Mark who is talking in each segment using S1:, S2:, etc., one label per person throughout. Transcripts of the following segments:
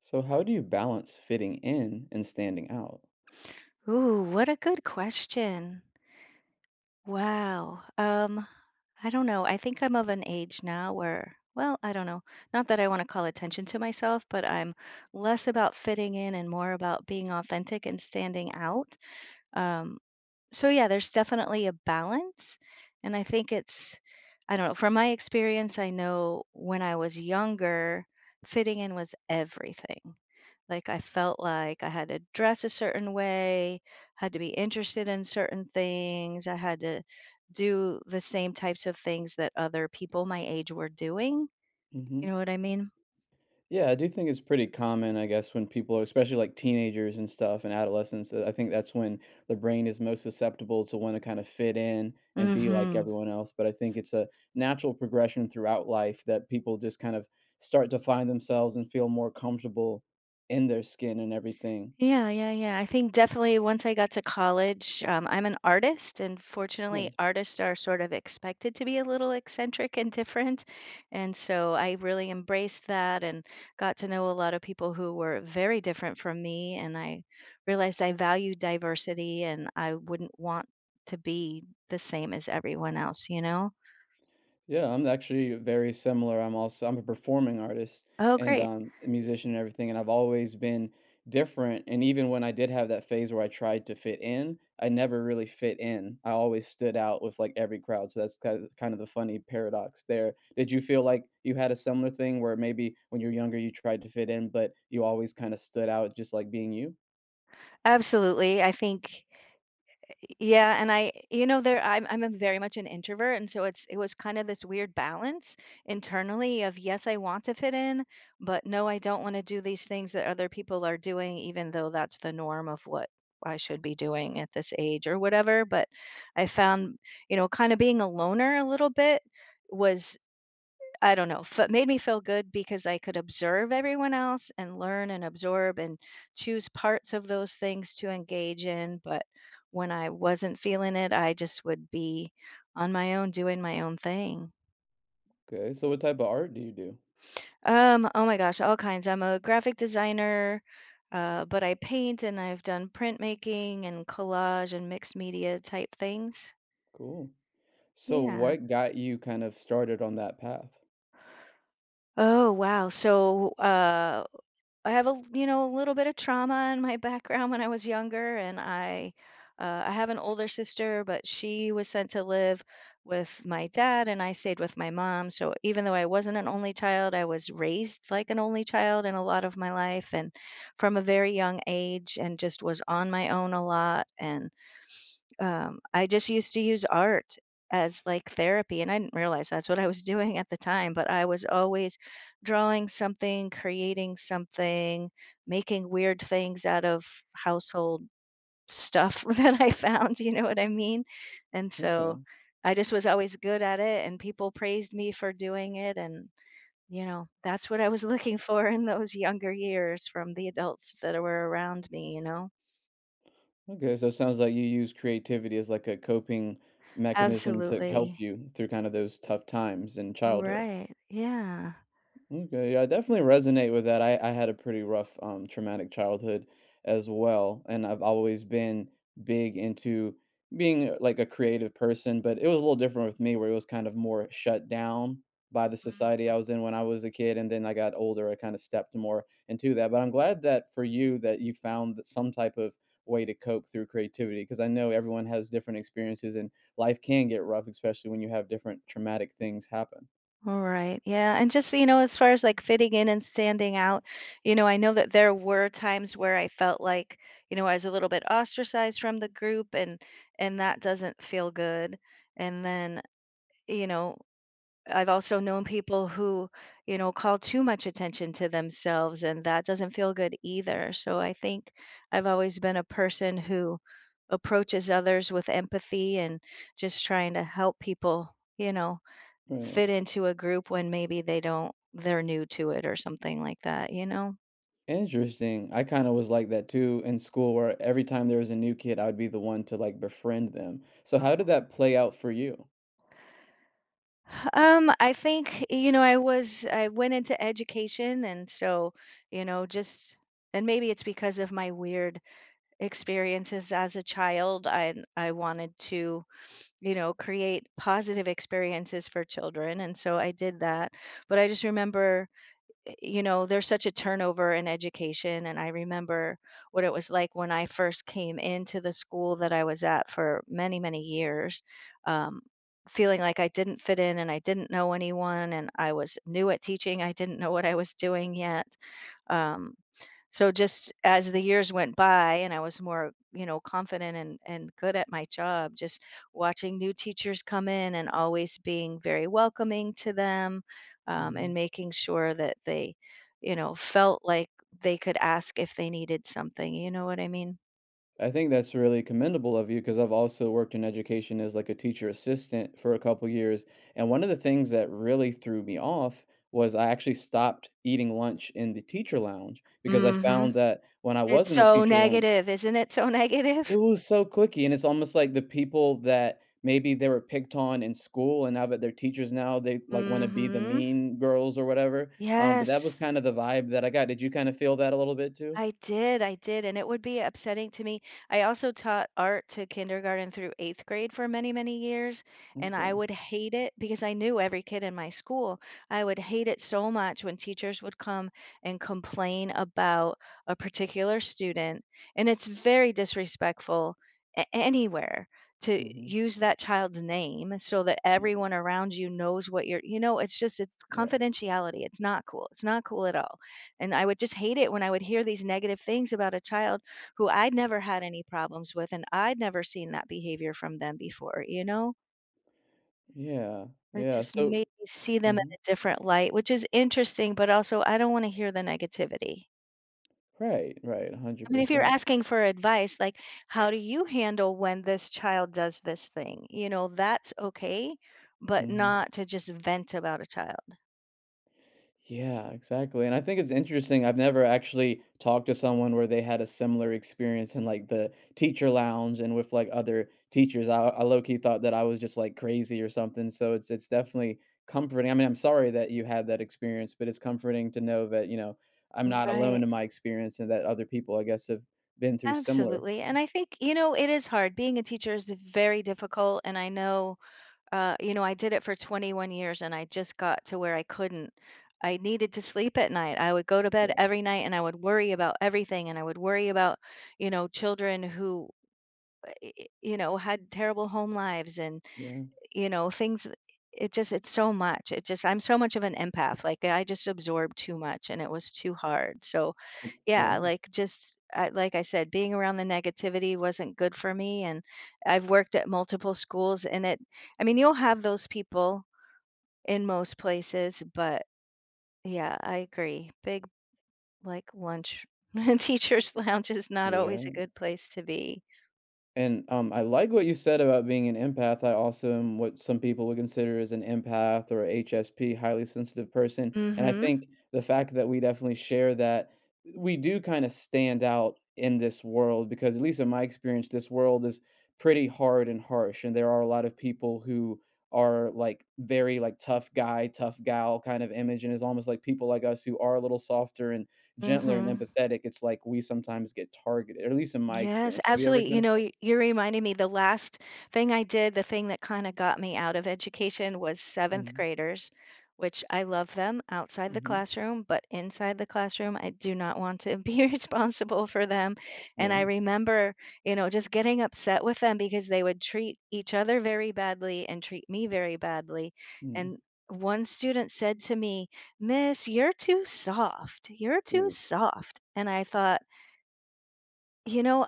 S1: So, how do you balance fitting in and standing out?
S2: Ooh, what a good question. Wow. I don't know. I think I'm of an age now where, well, I don't know. Not that I want to call attention to myself, but I'm less about fitting in and more about being authentic and standing out. Um, so yeah, there's definitely a balance. And I think I don't know, from my experience, I know when I was younger, fitting in was everything. Like, I felt like I had to dress a certain way, had to be interested in certain things. I had to do the same types of things that other people my age were doing.
S1: hmm
S2: You know what I mean?
S1: Yeah, I do think it's pretty common, I guess, when people are, especially like teenagers and stuff and adolescents, that I think that's when the brain is most susceptible to want to kind of fit in and be like
S2: Mhm.
S1: everyone else. But I think it's a natural progression throughout life that people just kind of start to find themselves and feel more comfortable in their skin and everything.
S2: Yeah, yeah, yeah. I think definitely once I got to college, I'm an artist, and fortunately,
S1: Yeah.
S2: artists are sort of expected to be a little eccentric and different. And so I really embraced that and got to know a lot of people who were very different from me. And I realized I value diversity and I wouldn't want to be the same as everyone else, you know?
S1: Yeah, I'm actually very similar. I'm a performing artist
S2: Oh,
S1: and
S2: great.
S1: a musician and everything, and I've always been different. And even when I did have that phase where I tried to fit in, I never really fit in. I always stood out with like every crowd. So that's kind of the funny paradox there. Did you feel like you had a similar thing where maybe when you were younger you tried to fit in, but you always kind of stood out just like being you?
S2: Absolutely. I think yeah, and I, you know, there I'm a very much an introvert, and so it was kind of this weird balance internally of yes, I want to fit in, but no, I don't want to do these things that other people are doing, even though that's the norm of what I should be doing at this age or whatever. But I found, you know, kind of being a loner a little bit was I don't know, fe made me feel good because I could observe everyone else and learn and absorb and choose parts of those things to engage in, but when I wasn't feeling it, I just would be on my own doing my own thing.
S1: Okay. So what type of art do you do?
S2: Oh my gosh, all kinds. I'm a graphic designer, but I paint and I've done printmaking and collage and mixed media type things.
S1: Cool. So
S2: Yeah.
S1: what got you kind of started on that path?
S2: Oh, wow. So, I have a you know, a little bit of trauma in my background when I was younger, and I I have an older sister, but she was sent to live with my dad, and I stayed with my mom. So even though I wasn't an only child, I was raised like an only child in a lot of my life, and from a very young age, and just was on my own a lot, and I just used to use art as like therapy, and I didn't realize that's what I was doing at the time, but I was always drawing something, creating something, making weird things out of household stuff that I found, you know what I mean? And so
S1: Okay.
S2: I just was always good at it, and people praised me for doing it. And, you know, that's what I was looking for in those younger years from the adults that were around me, you know?
S1: Okay, so it sounds like you use creativity as like a coping mechanism to help
S2: Absolutely.
S1: you through kind of those tough times in childhood.
S2: Right. Yeah.
S1: Okay, yeah, I definitely resonate with that. I had a pretty rough, traumatic childhood as well, and I've always been big into being like a creative person, but it was a little different with me, where it was kind of more shut down by the
S2: Mm,
S1: society I was in when I was a kid, and then I got older, I kind of stepped more into that. But I'm glad that for you that you found that some type of way to cope through creativity, because I know everyone has different experiences, and life can get rough, especially when you have different traumatic things happen.
S2: all right. Yeah. And just, you know, as far as like fitting in and standing out, you know, I know that there were times where I felt like, you know, I was a little bit ostracized from the group and that doesn't feel good. And then, you know, I've also known people who, you know, call too much attention to themselves and that doesn't feel good either. So I think I've always been a person who approaches others with empathy and just trying to help people,
S1: Right.
S2: fit into a group when maybe they don't they're new to it or something like that, you know?
S1: Interesting. I kind of was like that too in school, where every time there was a new kid, I would be the one to like befriend them. So, how did that play out for you?
S2: I think, you know, I went into education and so, you know, just and maybe it's because of my weird experiences as a child. I wanted to, you know, create positive experiences for children and so I did that. But I just remember you know, there's such a turnover in education. And I remember what it was like when I first came into the school that I was at for many, many years, um, feeling like I didn't fit in and I didn't know anyone and I was new at teaching. I didn't know what I was doing yet. Um, so just as the years went by and I was more, you know, confident and good at my job, just watching new teachers come in and always being very welcoming to them, and
S1: hmm
S2: making sure that they, you know, felt like they could ask if they needed something. You know what I mean?
S1: I think that's really commendable of you because I've also worked in education as like a teacher assistant for a couple years. And one of the things that really threw me off was I actually stopped eating lunch in the teacher lounge because I
S2: Mm. Mhm.
S1: found that when I was
S2: It's
S1: in the
S2: so
S1: teacher lounge,
S2: negative, isn't it so
S1: it
S2: negative?
S1: was so clicky, and it's almost like the people that maybe they were picked on in school, and now that they're teachers now, they, like,
S2: Mm.
S1: wanna be the
S2: Mhm.
S1: mean girls or whatever, but that was
S2: Yes.
S1: kinda the vibe that I got. Did you kinda feel that a little bit too?
S2: I did, and it would be upsetting to me. I also taught art to kindergarten through 8th grade for many, many years, and I
S1: Okay.
S2: would hate it because I knew every kid in my school. I would hate it so much when teachers would come and complain about a particular student, and it's very disrespectful anywhere to
S1: Mhm.
S2: use that child's name so that
S1: Right,
S2: everyone around you knows what you're, you know, it's just it's
S1: right.
S2: confidentiality. It's not cool. It's not cool at all. And I would just hate it when I would hear these negative things about a child who I'd never had any problems with and I'd never seen that behavior from them before, you know?
S1: Yeah,
S2: It
S1: yeah,
S2: just
S1: so
S2: made me see them in
S1: mhm.
S2: a different light, which is interesting, but also I don't want to hear the negativity.
S1: Right, right,
S2: I mean, if you're
S1: 100%. Percent
S2: asking for advice, like, how do you handle when this child does this thing? You know, that's okay, but
S1: mm-hmm.
S2: not to just vent about a child.
S1: Yeah, exactly, and I think it's interesting, I've never actually talked to someone where they had a similar experience in, like, the teacher lounge and with, like, other teachers. I low key thought that I was just, like, crazy or something, so it's definitely comforting. I mean, I'm sorry that you had that experience, but it's comforting to know that, you know, I'm not alone
S2: Right.
S1: in my experience and that other people, I guess, have been through similar
S2: Absolutely. And I
S1: things.
S2: think, you know, it is hard. Being a teacher is very difficult. And I know you know, I did it for 21 years and I just got to where I couldn't. I needed to sleep at night. I would go to bed
S1: Right.
S2: every night and I would worry about everything and I would worry about, you know, children who, you know, had terrible home lives and,
S1: Yeah.
S2: you know, things it just it's so much. It just I'm so much of an empath. Like I just absorbed too much and it was too hard. So, yeah,
S1: Yeah.
S2: like just I, like I said, being around the negativity wasn't good for me and I've worked at multiple schools and it I mean, you'll have those people in most places, but yeah, I agree. Big, like, lunch teacher's lounge is not always a
S1: Yeah.
S2: good place to be.
S1: And, I like what you said about being an empath. I also am what some people would consider as an empath or a HSP, highly sensitive person, and I
S2: Mhm.
S1: think the fact that we definitely share that, we do kinda stand out in this world because, at least in my experience, this world is pretty hard and harsh, and there are a lot of people who are, like, very, like, tough guy, tough gal kind of image, and it's almost like people like us who are a little softer and gentler and
S2: Mhm.
S1: empathetic, it's like we sometimes get targeted, or at least in my
S2: Yes,
S1: experience. Have you ever
S2: absolutely.
S1: kind
S2: You
S1: of
S2: know, you reminded me the last thing I did, the thing that kind of got me out of education was seventh
S1: mhm,
S2: graders, which I love them outside the
S1: mhm,
S2: classroom, but inside the classroom, I do not want to be responsible for them. And
S1: yeah,
S2: I remember, you know, just getting upset with them because they would treat each other very badly and treat me very badly.
S1: mm,
S2: And one student said to me, Miss, you're too soft. You're too
S1: ooh,
S2: soft. And I thought, you know,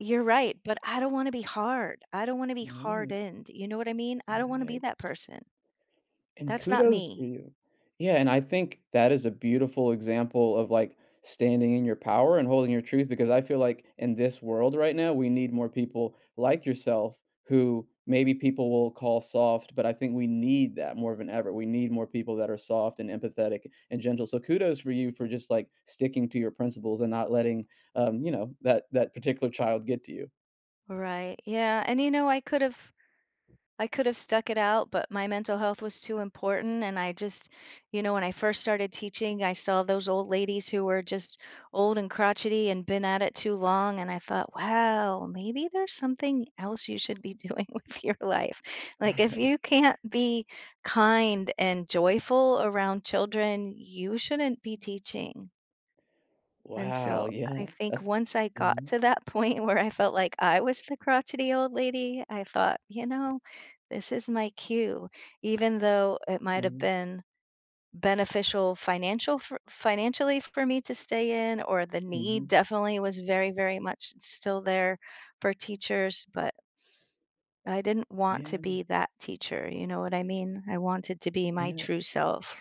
S2: you're right, but I don't wanna be hard. I don't wanna be
S1: right,
S2: hardened, you know what I mean? I don't wanna be
S1: right,
S2: that person.
S1: and
S2: That's not
S1: kudos to
S2: me.
S1: you. Yeah, and I think that is a beautiful example of, like, standing in your power and holding your truth because I feel like in this world right now, we need more people like yourself who maybe people will call soft, but I think we need that more than ever. We need more people that are soft and empathetic and gentle, so kudos for you for just, like, sticking to your principles and not letting, you know, that particular child get to you.
S2: Right, yeah, and you know, I could have stuck it out, but my mental health was too important. And I just, you know, when I first started teaching, I saw those old ladies who were just old and crotchety and been at it too long. And I thought, wow, maybe there's something else you should be doing with your life. Like, if
S1: Alright.
S2: you can't be kind and joyful around children, you shouldn't be teaching. And
S1: Wow,
S2: so I
S1: yeah,
S2: think
S1: that's
S2: once I got
S1: mhm,
S2: to that point where I felt like I was the crotchety old lady, I thought, you know, this is my cue, even though it might have
S1: mhm,
S2: been financially for me to stay in, or the need
S1: mhm,
S2: definitely was very, very much still there for teachers, but I didn't want to
S1: yeah,
S2: be that teacher. You know what I mean? I wanted to be my
S1: yeah.
S2: true self.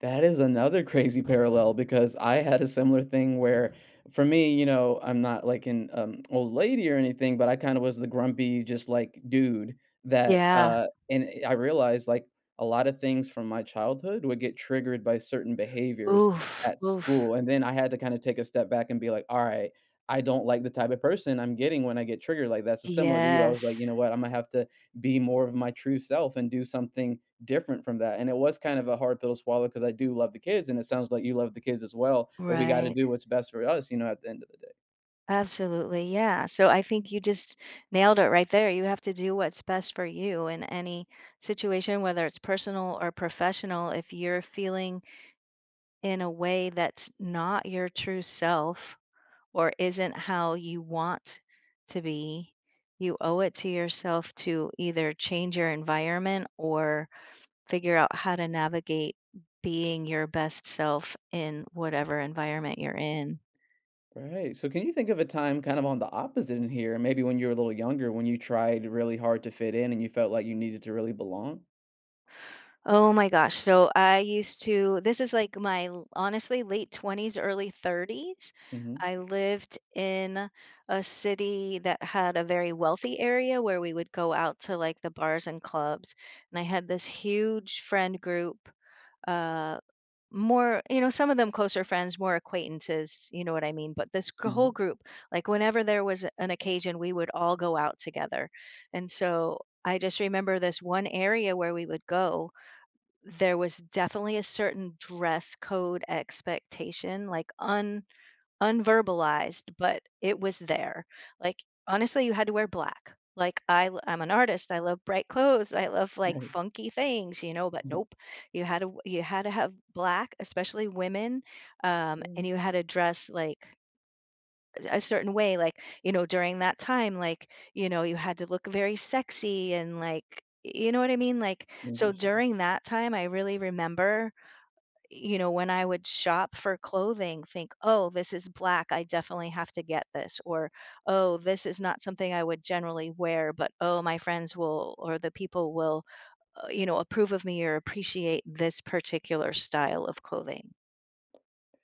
S1: That is another crazy parallel because I had a similar thing where for me, you know, I'm not like an old lady or anything, but I kind of was the grumpy, just like dude that,
S2: Yeah.
S1: and I realized like a lot of things from my childhood would get triggered by certain behaviors
S2: Oof.
S1: at
S2: Oof.
S1: school. And then I had to kind of take a step back and be like, all right, I don't like the type of person I'm getting when I get triggered like that. So similar to you, I was like,
S2: Yes.
S1: you know what, I'm gonna have to be more of my true self and do something different from that, and it was kind of a hard pill to swallow because I do love the kids, and it sounds like you love the kids as well, but we gotta
S2: Right.
S1: do what's best for us, you know, at the end of it.
S2: Absolutely. Yeah. So I think you just nailed it right there. You have to do what's best for you in any situation, whether it's personal or professional. If you're feeling in a way that's not your true self or isn't how you want to be, you owe it to yourself to either change your environment or figure out how to navigate being your best self in whatever environment you're in.
S1: Right, so can you think of a time kind of on the opposite in here, maybe when you were a little younger, when you tried really hard to fit in and you felt like you needed to really belong?
S2: Oh my gosh. So I used to, this is like my honestly late 20s, early 30s.
S1: Mhm.
S2: I lived in a city that had a very wealthy area where we would go out to like the bars and clubs. And I had this huge friend group, uh, more, you know, some of them closer friends, more acquaintances, you know what I mean? But this whole
S1: Mhm.
S2: group, like whenever there was an occasion, we would all go out together. And so I just remember this one area where we would go there was definitely a certain dress code expectation, like, un unverbalized, but it was there. Like, honestly, you had to wear black. Like, I'm an artist, I love bright clothes, I love, like,
S1: Right.
S2: funky things, you know, but
S1: Yeah.
S2: nope. You had to have black, especially women, and
S1: Mm,
S2: you had to dress, like, a certain way, like, you know, during that time, like, you know, you had to look very sexy and, like you know what I mean? Like, so
S1: interesting.
S2: during that time, I really remember you know, when I would shop for clothing, think, oh, this is black. I definitely have to get this. Or, oh, this is not something I would generally wear, but oh, my friends will, or the people will, you know, approve of me or appreciate this particular style of clothing.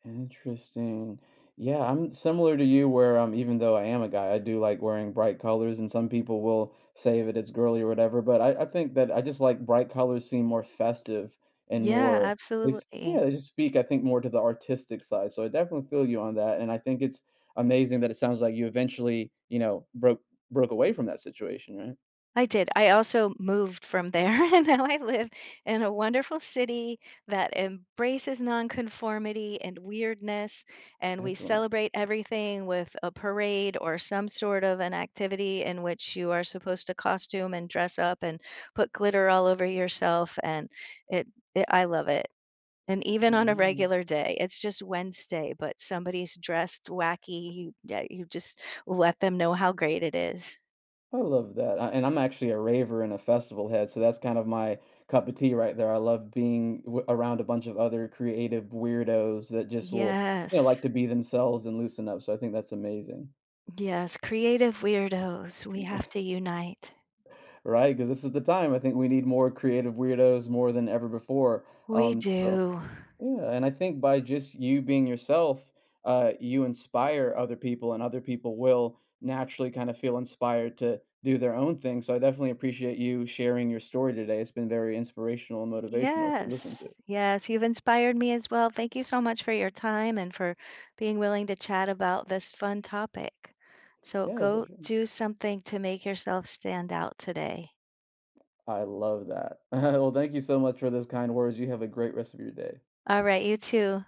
S1: Interesting. Yeah, I'm similar to you where even though I am a guy, I do like wearing bright colors and some people will say that it's girly or whatever, but I think that I just like bright colors seem more festive and
S2: Yeah,
S1: more it's yeah,
S2: absolutely.
S1: they just speak, I think, more to the artistic side. So I definitely feel you on that. And I think it's amazing that it sounds like you eventually, you know, broke away from that situation, right?
S2: I did. I also moved from there, and now I live in a wonderful city that embraces nonconformity and weirdness, and we
S1: Excellent.
S2: celebrate everything with a parade or some sort of an activity in which you are supposed to costume and dress up and put glitter all over yourself, and it, it I love it. And even on a regular day, it's just Wednesday, but somebody's dressed wacky. You, yeah, you just let them know how great it is.
S1: I love that, I and I'm actually a raver and a festival head, so that's kind of my cup of tea right there. I love being w around a bunch of other creative weirdos that just will, you know,
S2: Yes.
S1: like to be themselves and loosen up, so I think that's amazing,
S2: Yes, creative weirdos, we have to unite.
S1: right? Because this is the time, I think we need more creative weirdos more than ever before,
S2: We
S1: so
S2: do.
S1: yeah, and I think by just you being yourself, you inspire other people, and other people will naturally kind of feel inspired to do their own thing. So I definitely appreciate you sharing your story today. It's been very inspirational and motivational to listen to.
S2: Yes, yes, you've inspired me as well. Thank you so much for your time and for being willing to chat about this fun topic. So
S1: Yeah, for
S2: go
S1: sure.
S2: do something to make yourself stand out today.
S1: I love that. Well, thank you so much for those kind words. You have a great rest of your day.
S2: All right, you too.